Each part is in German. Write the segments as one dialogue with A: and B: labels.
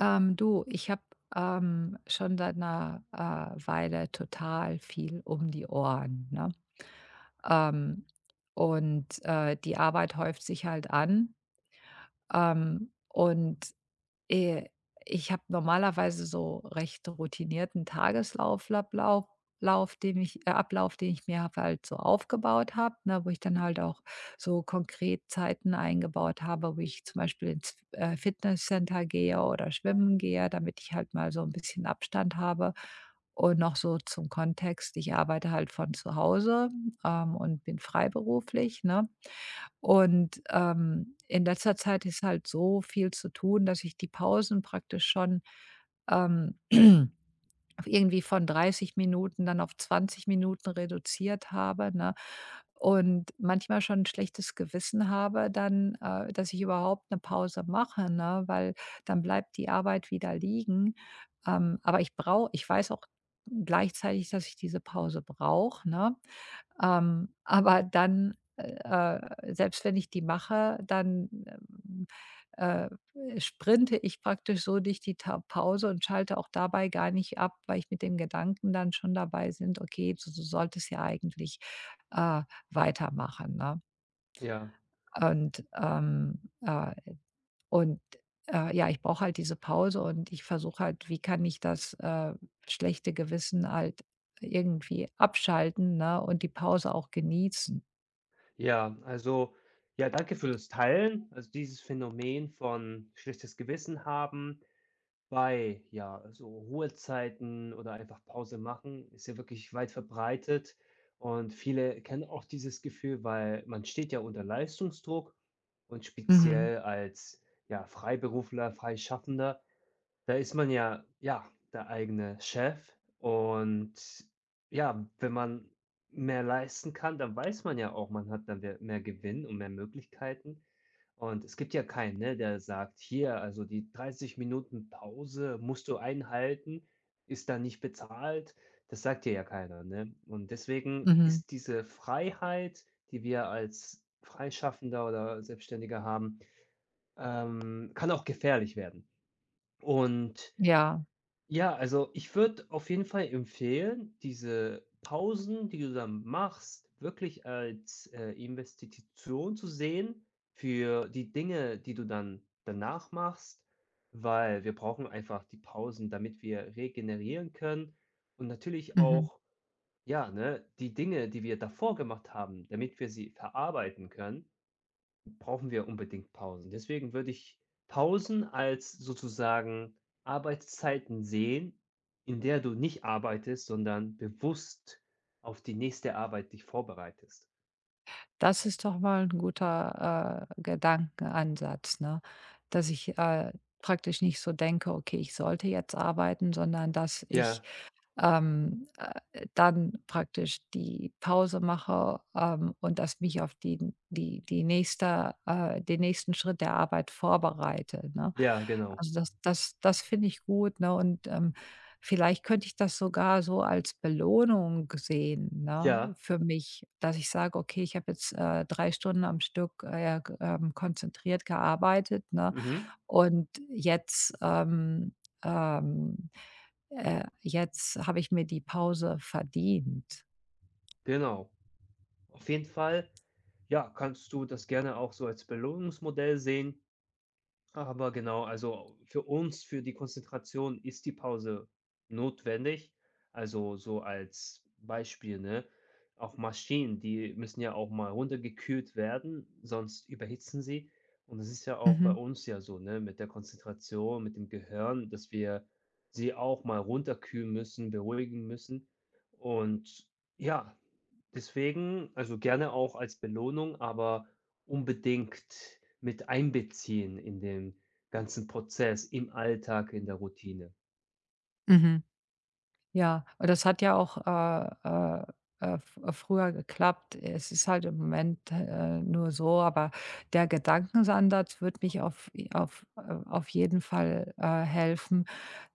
A: Du, ich habe schon seit einer Weile total viel um die Ohren, ne? Ähm, Die Arbeit häuft sich halt an, ähm, und äh, ich habe normalerweise so recht routinierten Tageslauf Lablauf Lauf, den ich Ablauf, den ich mir hab halt so aufgebaut habe, ne, wo ich dann halt auch so konkret Zeiten eingebaut habe, wo ich zum Beispiel ins, Fitnesscenter gehe oder schwimmen gehe, damit ich halt mal so ein bisschen Abstand habe. Und noch so zum Kontext, ich arbeite halt von zu Hause, und bin freiberuflich, ne? Und in letzter Zeit ist halt so viel zu tun, dass ich die Pausen praktisch schon, ähm, irgendwie von 30 Minuten dann auf 20 Minuten reduziert habe, ne? Und manchmal schon ein schlechtes Gewissen habe dann, dass ich überhaupt eine Pause mache, ne, weil dann bleibt die Arbeit wieder liegen. Aber ich weiß auch gleichzeitig, dass ich diese Pause brauche, ne? Aber dann, selbst wenn ich die mache, dann, äh, sprinte ich praktisch so durch die Ta Pause und schalte auch dabei gar nicht ab, weil ich mit den Gedanken dann schon dabei sind: „Okay, du solltest ja eigentlich, äh, weitermachen“, ne?
B: Ja,
A: Und, ähm, äh und ja, ich brauche halt diese Pause und ich versuche halt, wie kann ich das, schlechte Gewissen halt irgendwie abschalten, ne, und die Pause auch genießen.
B: ja, also, ja, danke für das Teilen. Also, dieses Phänomen von schlechtes Gewissen haben bei, ja, so Ruhezeiten oder einfach Pause machen, ist ja wirklich weit verbreitet. Und viele kennen auch dieses Gefühl, weil man steht ja unter Leistungsdruck und
A: Mhm.
B: speziell als, ja, Freiberufler, Freischaffender. Da ist man ja, ja, der eigene Chef und ja, wenn man mehr leisten kann, dann weiß man ja auch, man hat dann mehr Gewinn und mehr Möglichkeiten. Und es gibt ja keinen, ne, der sagt: „Hier, also die 30 Minuten Pause musst du einhalten, ist dann nicht bezahlt.“ Das sagt dir ja keiner, ne? Und deswegen
A: Mhm.
B: ist diese Freiheit, die wir als Freischaffender oder Selbstständiger haben, kann auch gefährlich werden. Und
A: Ja,
B: ja, also ich würde auf jeden Fall empfehlen, diese Pausen, die du dann machst, wirklich als, Investition zu sehen für die Dinge, die du dann danach machst, weil wir brauchen einfach die Pausen, damit wir regenerieren können und natürlich
A: mhm.
B: auch, ja, ne, die Dinge, die wir davor gemacht haben, damit wir sie verarbeiten können, brauchen wir unbedingt Pausen. Deswegen würde ich Pausen als sozusagen Arbeitszeiten sehen, in der du nicht arbeitest, sondern bewusst auf die nächste Arbeit dich vorbereitest.
A: Das ist doch mal ein guter, Gedankenansatz, ne? Dass ich, praktisch nicht so denke: „Okay, ich sollte jetzt arbeiten“, sondern dass ich,
B: Ja,
A: dann praktisch die Pause mache, und dass mich auf die nächste den nächsten Schritt der Arbeit vorbereite, ne?
B: ja, genau.
A: Also, das finde ich gut, ne? Und, vielleicht könnte ich das sogar so als Belohnung sehen, ne,
B: Ja,
A: für mich, dass ich sage: „Okay, ich habe jetzt, 3 Stunden am Stück, g konzentriert gearbeitet, ne?
B: mhm,
A: Und jetzt, ähm, jetzt habe ich mir die Pause verdient.“
B: genau. Auf jeden Fall, ja, kannst du das gerne auch so als Belohnungsmodell sehen. Aber genau, also für uns, für die Konzentration ist die Pause notwendig. Also so als Beispiel, ne? Auch Maschinen, die müssen ja auch mal runtergekühlt werden, sonst überhitzen sie. Und das ist ja auch bei
A: Mhm,
B: uns ja so, ne? Mit der Konzentration, mit dem Gehirn, dass wir sie auch mal runterkühlen müssen, beruhigen müssen. Und ja, deswegen, also gerne auch als Belohnung, aber unbedingt mit einbeziehen in den ganzen Prozess, im Alltag, in der Routine.
A: mhm. Ja, und das hat ja auch, äh, f früher geklappt. Es ist halt im Moment, nur so, aber der Gedankensansatz wird mich auf j auf jeden Fall, helfen,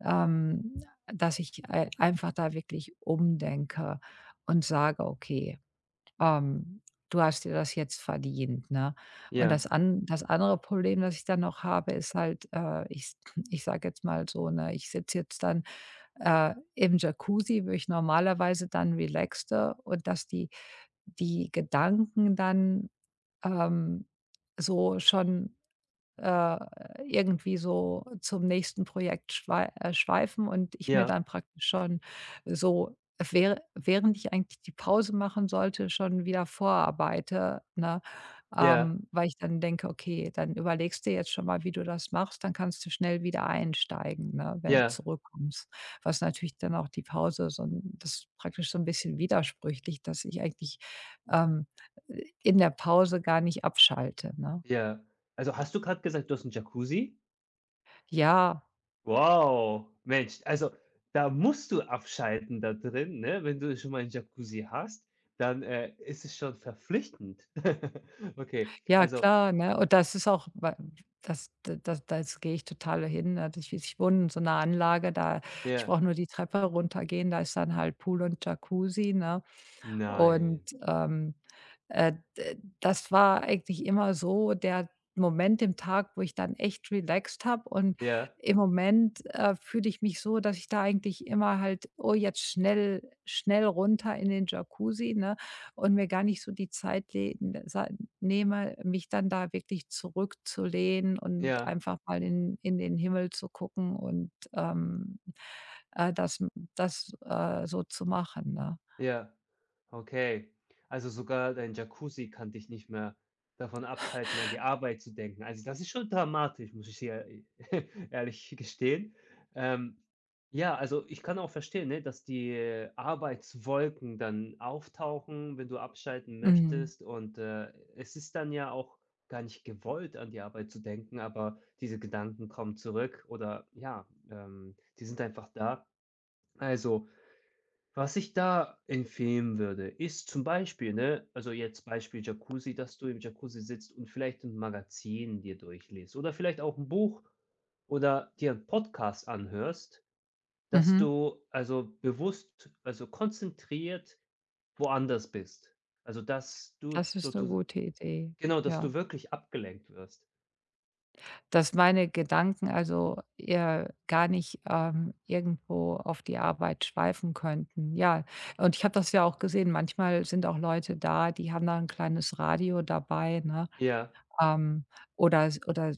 A: ähm, dass ich ei einfach da wirklich umdenke und sage: „Okay, ähm, du hast dir das jetzt verdient“, ne? Und
B: Ja,
A: das an das andere Problem, das ich dann noch habe, ist halt, ich sage jetzt mal so, ne, ich sitze jetzt dann im Jacuzzi, wo ich normalerweise dann relaxte und dass die Gedanken dann, ähm, so schon äh, irgendwie so zum nächsten Projekt schweifen und ich mir
B: ja,
A: dann praktisch schon so, während ich eigentlich die Pause machen sollte, schon wieder vorarbeite, ne?
B: ja,
A: Weil ich dann denke: „Okay, dann überlegst dir jetzt schon mal, wie du das machst, dann kannst du schnell wieder einsteigen, ne, wenn du
B: ja,
A: zurückkommst.“ Was natürlich dann auch die Pause so 'n, das ist praktisch so 'n bisschen widersprüchlich, dass ich eigentlich, ähm, in der Pause gar nicht abschalte, ne?
B: ja. Also, hast du gerade gesagt, du hast 'n Jacuzzi?
A: Ja.
B: Wow, Mensch, also, da musst du abschalten da drin, ne? Wenn du schon mal 'n Jacuzzi hast, dann, ist es schon verpflichtend. Okay,
A: Ja,
B: also
A: klar, ne? Und das ist auch wa das das das gehe ich total hin, ne? Ich wohne in so einer Anlage, da ich
B: ja.
A: brauche nur die Treppe runtergehen, da ist dann halt Pool und Jacuzzi, ne? Und,
B: Nein.
A: d das war eigentlich immer so der Moment im Tag, wo ich dann echt relaxt habe und
B: Ja,
A: im Moment, fühle ich mich so, dass ich da eigentlich immer halt: „Oh, jetzt schnell schnell runter in den Jacuzzi“, ne, und mir gar nicht so die Zeit le sa nehme, mich dann da wirklich zurückzulehnen und
B: ja.
A: einfach mal in den Himmel zu gucken und, äh, das das, so zu machen, ne?
B: Ja, okay. Also sogar dein Jacuzzi kann dich nicht mehr davon abhalten, an die Arbeit zu denken. Also das ist schon dramatisch, muss ich dir ehrlich gestehen. Ähm, ja, also ich kann auch verstehen, ne, dass die Arbeitswolken dann auftauchen, wenn du abschalten
A: Mhm.
B: möchtest. Und es ist dann ja auch gar nicht gewollt, an die Arbeit zu denken, aber diese Gedanken kommen zurück oder ja, die sind einfach da. Also, was ich da empfehlen würde, ist zum Beispiel, ne, also jetzt Beispiel Jacuzzi, dass du im Jacuzzi sitzt und vielleicht ein Magazin dir durchliest oder vielleicht auch ein Buch oder dir einen Podcast anhörst, dass
A: Mhm.
B: du also bewusst, also konzentriert woanders bist. Also, dass du
A: Das
B: du
A: ist eine
B: du
A: gute Idee,
B: genau, dass
A: ja.
B: du wirklich abgelenkt wirst.
A: Dass meine Gedanken also eher gar nicht, irgendwo auf die Arbeit schweifen könnten, ja. Und ich habe das ja auch gesehen, manchmal sind auch Leute da, die haben da ein kleines Radio dabei, ne?
B: Ja.
A: Ähm, oder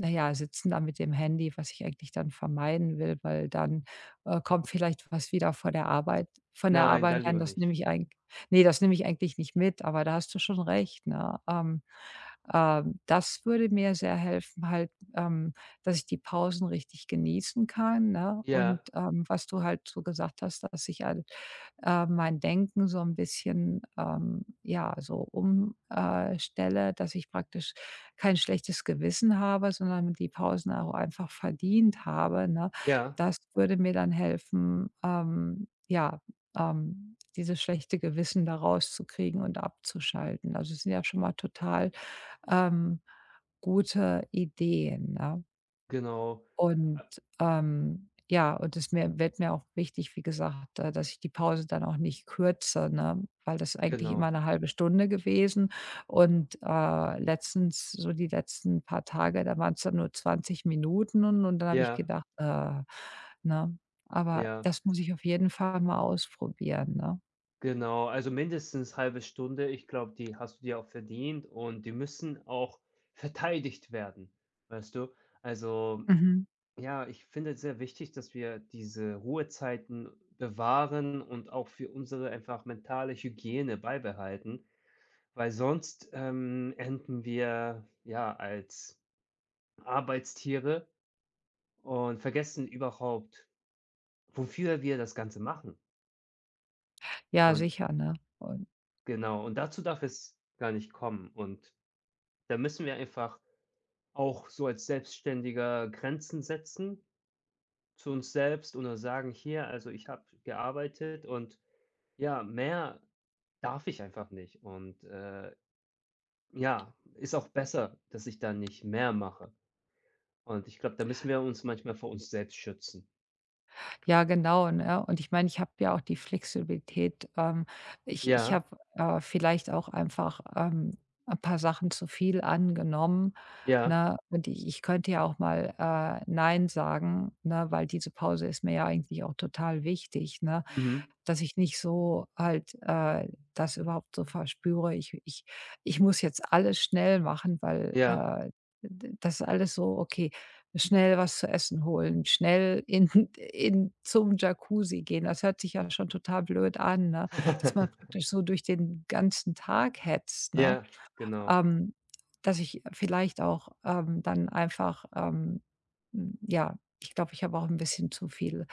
A: na ja, sitzen da mit dem Handy, was ich eigentlich dann vermeiden will, weil dann, kommt vielleicht was wieder von der
B: Nein, dann
A: Arbeit rein.
B: lieber
A: Das nehme
B: nicht.
A: ich eigentlich nee, das nehme ich eigentlich nicht mit, aber da hast du schon recht, ne? Das würde mir sehr helfen halt, ähm, dass ich die Pausen richtig genießen kann, ne? Und,
B: Ja,
A: was du halt so gesagt hast, dass ich al mein Denken so ein bisschen, ja, so umstelle, dass ich praktisch kein schlechtes Gewissen habe, sondern die Pausen auch einfach verdient habe, ne?
B: ja,
A: Das würde mir dann helfen, dieses schlechte Gewissen da rauszukriegen und abzuschalten. Also, es sind ja schon mal total, ähm, gute Ideen, ne?
B: genau.
A: Und,
B: Äh,
A: ja, und es mir wird mir auch wichtig, wie gesagt, dass ich die Pause dann auch nicht kürze, ne? Weil das eigentlich immer
B: genau.
A: eine halbe Stunde gewesen und, letztens so die letzten paar Tage, da waren es dann nur 20 Minuten und dann habe ich
B: Ja,
A: gedacht, ne? Aber
B: ja.
A: das muss ich auf jeden Fall mal ausprobieren, ne?
B: Genau, also mindestens halbe Stunde. Ich glaube, die hast du dir auch verdient und die müssen auch verteidigt werden, weißt du? Also,
A: Mhm.
B: ja, ich finde es sehr wichtig, dass wir diese Ruhezeiten bewahren und auch für unsere einfach mentale Hygiene beibehalten, weil sonst enden wir ja als Arbeitstiere und vergessen überhaupt, wofür wir das Ganze machen.
A: Ja,
B: Und
A: sicher, ne? Und
B: genau, und dazu darf es gar nicht kommen. Und da müssen wir einfach auch so als Selbstständiger Grenzen setzen zu uns selbst oder sagen: „Hier, also ich habe gearbeitet und ja, mehr darf ich einfach nicht.“ Und, ja, ist auch besser, dass ich da nicht mehr mache. Und ich glaube, da müssen wir uns manchmal vor uns selbst schützen.
A: ja, genau, ne? Und ich meine, ich habe ja auch die Flexibilität. Ich
B: Ja,
A: habe, vielleicht auch einfach, 'n paar Sachen zu viel angenommen,
B: ja,
A: ne? Und ich könnte ja auch mal, nein sagen, ne, weil diese Pause ist mir ja eigentlich auch total wichtig, ne?
B: mhm,
A: Dass ich nicht so halt, das überhaupt so verspüre. Ich muss jetzt alles schnell machen, weil,
B: ja.
A: d das ist alles so: „Okay, schnell was zu essen holen, schnell in in zum Jacuzzi gehen. Das hört sich ja schon total blöd an, ne? Dass man praktisch so durch den ganzen Tag hetzt, ne?
B: Ja, genau.
A: Ähm, dass ich vielleicht auch, dann einfach, ja, ich glaube, ich habe auch ein bisschen zu viel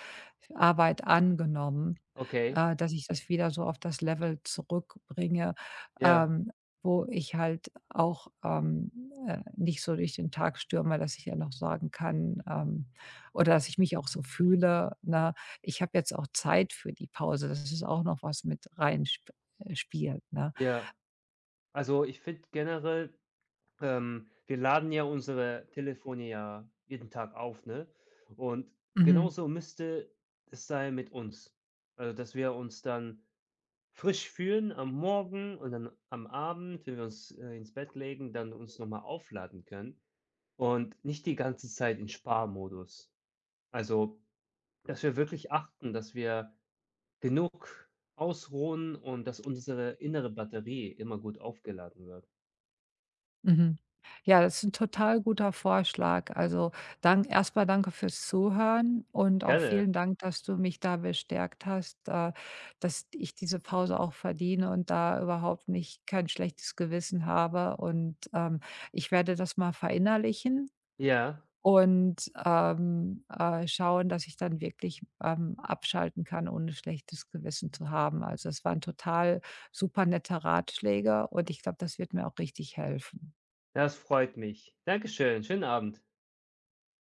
A: Arbeit angenommen,
B: Okay.
A: dass ich das wieder so auf das Level zurückbringe,
B: Ja,
A: ähm, wo ich halt auch, nicht so durch den Tag stürme, dass ich ja noch sagen kann, oder dass ich mich auch so fühle, ne? Ich habe jetzt auch Zeit für die Pause. Das ist auch noch was mit reinspielt. Ne?
B: ja. Also, ich finde generell, wir laden ja unsere Telefone ja jeden Tag auf, ne? Und
A: Mhm.
B: genauso müsste es sein mit uns. Also, dass wir uns dann frisch fühlen am Morgen und dann am Abend, wenn wir uns, ins Bett legen, dann uns nochmal aufladen können und nicht die ganze Zeit in Sparmodus. Also, dass wir wirklich achten, dass wir genug ausruhen und dass unsere innere Batterie immer gut aufgeladen wird.
A: Mhm. Ja, das ist ein total guter Vorschlag. Also, danke fürs Zuhören und auch
B: Gerne.
A: vielen Dank, dass du mich da bestärkt hast, dass ich diese Pause auch verdiene und da überhaupt nicht kein schlechtes Gewissen habe. Und, ich werde das mal verinnerlichen
B: Ja.
A: und, schauen, dass ich dann wirklich, abschalten kann, ohne schlechtes Gewissen zu haben. Also, es waren total super nette Ratschläge und ich glaube, das wird mir auch richtig helfen.
B: Das freut mich. Dankeschön. Schönen Abend.